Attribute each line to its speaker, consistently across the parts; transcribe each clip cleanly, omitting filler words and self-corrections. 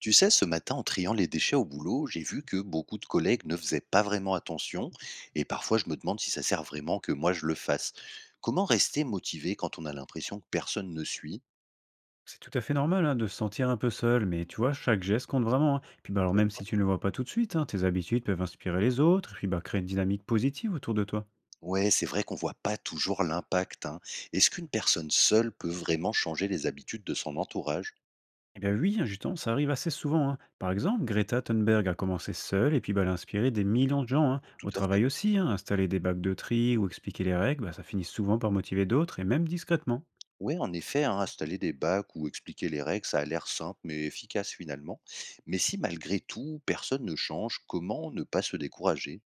Speaker 1: Tu sais, ce matin, en triant les déchets au boulot, j'ai vu que beaucoup de collègues ne faisaient pas vraiment attention, et parfois je me demande si ça sert vraiment que moi je le fasse. Comment rester motivé quand on a l'impression que personne ne suit?
Speaker 2: C'est tout à fait normal hein, de se sentir un peu seul, mais tu vois, chaque geste compte vraiment. Hein. Puis bah, alors même si
Speaker 1: D'accord.
Speaker 2: tu ne le vois pas tout de suite, hein, tes habitudes peuvent inspirer les autres, et puis bah, créer une dynamique positive autour de toi.
Speaker 1: Ouais, c'est vrai qu'on voit pas toujours l'impact, hein. Est-ce qu'une personne seule peut vraiment changer les habitudes de son entourage?
Speaker 2: Eh bien oui, hein, justement, ça arrive assez souvent. Hein. Par exemple, Greta Thunberg a commencé seule et puis bah, elle a inspiré des millions de gens. Hein.
Speaker 1: Tout
Speaker 2: Au
Speaker 1: à fait.
Speaker 2: travail aussi, hein, installer des bacs de tri ou expliquer les règles, bah, ça finit souvent par motiver d'autres et même discrètement.
Speaker 1: Ouais, en effet, hein, installer des bacs ou expliquer les règles, ça a l'air simple mais efficace finalement. Mais si malgré tout, personne ne change, comment ne pas se décourager?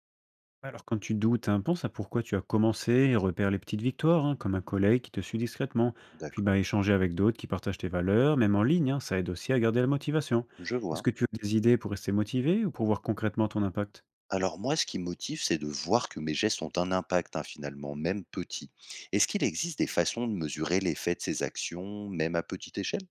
Speaker 2: Ouais, alors quand tu doutes, hein, pense à pourquoi tu as commencé et repère les petites victoires, hein, comme un collègue qui te suit discrètement. Puis
Speaker 1: D'accord,
Speaker 2: bah, échanger avec d'autres qui partagent tes valeurs, même en ligne, hein, ça aide aussi à garder la motivation.
Speaker 1: je
Speaker 2: Est-ce
Speaker 1: vois.
Speaker 2: que tu as des idées pour rester motivé ou pour voir concrètement ton impact?
Speaker 1: Alors moi, ce qui me motive, c'est de voir que mes gestes ont un impact, hein, finalement, même petit. Est-ce qu'il existe des façons de mesurer l'effet de ces actions, même à petite échelle?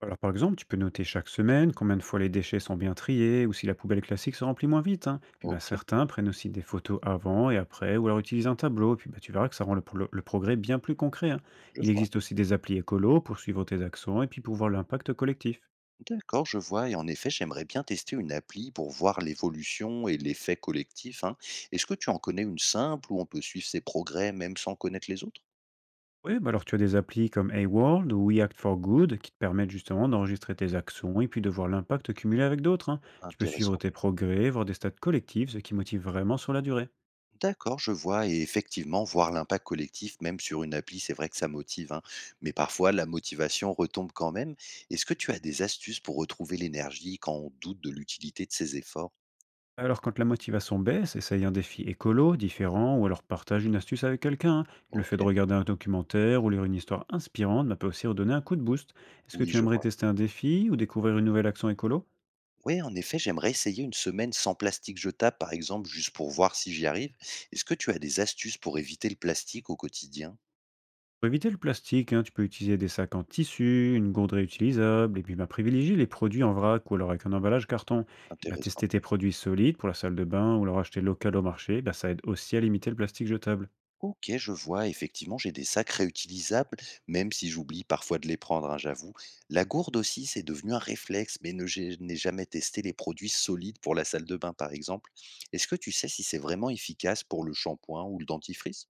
Speaker 2: Alors par exemple, tu peux noter chaque semaine combien de fois les déchets sont bien triés ou si la poubelle classique se remplit moins vite. Hein. Puis bah,
Speaker 1: Ok,
Speaker 2: certains prennent aussi des photos avant et après ou alors utilisent un tableau. Puis bah, tu verras que ça rend le progrès bien plus concret. Hein.
Speaker 1: je
Speaker 2: Il
Speaker 1: vois.
Speaker 2: existe aussi des applis écolos pour suivre tes actions et puis pour voir l'impact collectif.
Speaker 1: D'accord, je vois. Et en effet, j'aimerais bien tester une appli pour voir l'évolution et l'effet collectif, hein. Est-ce que tu en connais une simple où on peut suivre ses progrès même sans connaître les autres?
Speaker 2: Oui, bah alors tu as des applis comme A-World ou We Act for Good qui te permettent justement d'enregistrer tes actions et puis de voir l'impact cumulé avec d'autres. Hein. Tu peux suivre
Speaker 1: Intéressant.
Speaker 2: tes progrès, voir des stats collectives, ce qui motive vraiment sur la durée.
Speaker 1: D'accord, je vois. Et effectivement, voir l'impact collectif, même sur une appli, c'est vrai que ça motive, hein. Mais parfois, la motivation retombe quand même. Est-ce que tu as des astuces pour retrouver l'énergie quand on doute de l'utilité de ces efforts?
Speaker 2: Alors quand la motivation baisse, essaye un défi écolo, différent, ou alors partage une astuce avec quelqu'un. Hein. Le
Speaker 1: Ok.
Speaker 2: fait de regarder un documentaire ou lire une histoire inspirante bah, peut aussi redonner un coup de boost. Est-ce que
Speaker 1: Oui,
Speaker 2: tu
Speaker 1: je
Speaker 2: aimerais
Speaker 1: vois.
Speaker 2: tester un défi ou découvrir une nouvelle action écolo?
Speaker 1: Oui, en effet, j'aimerais essayer une semaine sans plastique jetable, par exemple, juste pour voir si j'y arrive. Est-ce que tu as des astuces pour éviter le plastique au quotidien?
Speaker 2: Pour éviter le plastique, hein, tu peux utiliser des sacs en tissu, une gourde réutilisable, et puis bah, privilégier les produits en vrac ou alors avec un emballage carton. Et bah,
Speaker 1: Intéressant.
Speaker 2: tester tes produits solides pour la salle de bain ou leur acheter local au marché, bah, ça aide aussi à limiter le plastique jetable.
Speaker 1: OK, je vois. Effectivement, j'ai des sacs réutilisables, même si j'oublie parfois de les prendre, hein, j'avoue. La gourde aussi, c'est devenu un réflexe, mais ne, j'ai- n'ai jamais testé les produits solides pour la salle de bain, par exemple. Est-ce que tu sais si c'est vraiment efficace pour le shampoing ou le dentifrice?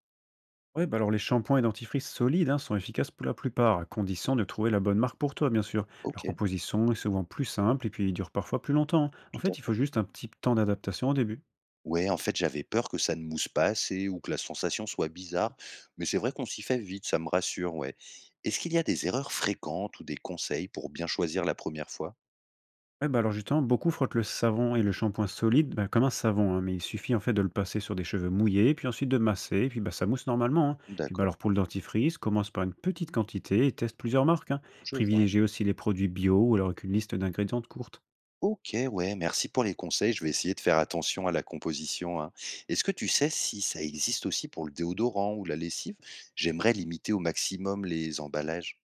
Speaker 2: Oui, bah alors les shampoings et dentifrices solides hein, sont efficaces pour la plupart, à condition de trouver la bonne marque pour toi, bien sûr. Leur
Speaker 1: OK,
Speaker 2: composition est souvent plus simple et puis ils durent parfois plus longtemps. En
Speaker 1: tout à
Speaker 2: fait, il faut
Speaker 1: fait.
Speaker 2: juste un petit temps d'adaptation au début.
Speaker 1: Ouais, en fait, j'avais peur que ça ne mousse pas assez ou que la sensation soit bizarre, mais c'est vrai qu'on s'y fait vite, ça me rassure, ouais. Est-ce qu'il y a des erreurs fréquentes ou des conseils pour bien choisir la première fois?
Speaker 2: Ouais, bah, alors justement, beaucoup frottent le savon et le shampoing solide, bah, comme un savon, hein, mais il suffit en fait de le passer sur des cheveux mouillés, puis ensuite de masser, et puis bah, ça mousse normalement. Hein. Puis bah,
Speaker 1: D'accord,
Speaker 2: alors pour le dentifrice, commence par une petite quantité et teste plusieurs marques. Hein.
Speaker 1: je vois.
Speaker 2: Privilégiez aussi les produits bio ou alors avec une liste d'ingrédients courte.
Speaker 1: OK, ouais, merci pour les conseils. Je vais essayer de faire attention à la composition, hein. Est-ce que tu sais si ça existe aussi pour le déodorant ou la lessive? J'aimerais limiter au maximum les emballages.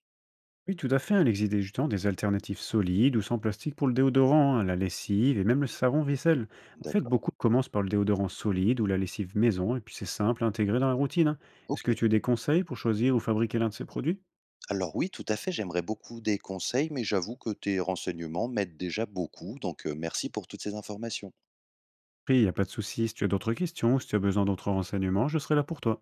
Speaker 2: Oui, tout à fait, hein, il existe justement des alternatives solides ou sans plastique pour le déodorant, hein, la lessive et même le savon vaisselle. En fait,
Speaker 1: D'accord.
Speaker 2: beaucoup commencent par le déodorant solide ou la lessive maison, et puis c'est simple à intégrer dans la routine. Hein. Est-ce
Speaker 1: OK.
Speaker 2: que tu as des conseils pour choisir ou fabriquer l'un de ces produits?
Speaker 1: Alors oui, tout à fait, j'aimerais beaucoup des conseils, mais j'avoue que tes renseignements m'aident déjà beaucoup, donc merci pour toutes ces informations.
Speaker 2: Pris, il y a pas de souci. Si tu as d'autres questions ou si tu as besoin d'autres renseignements, je serai là pour toi.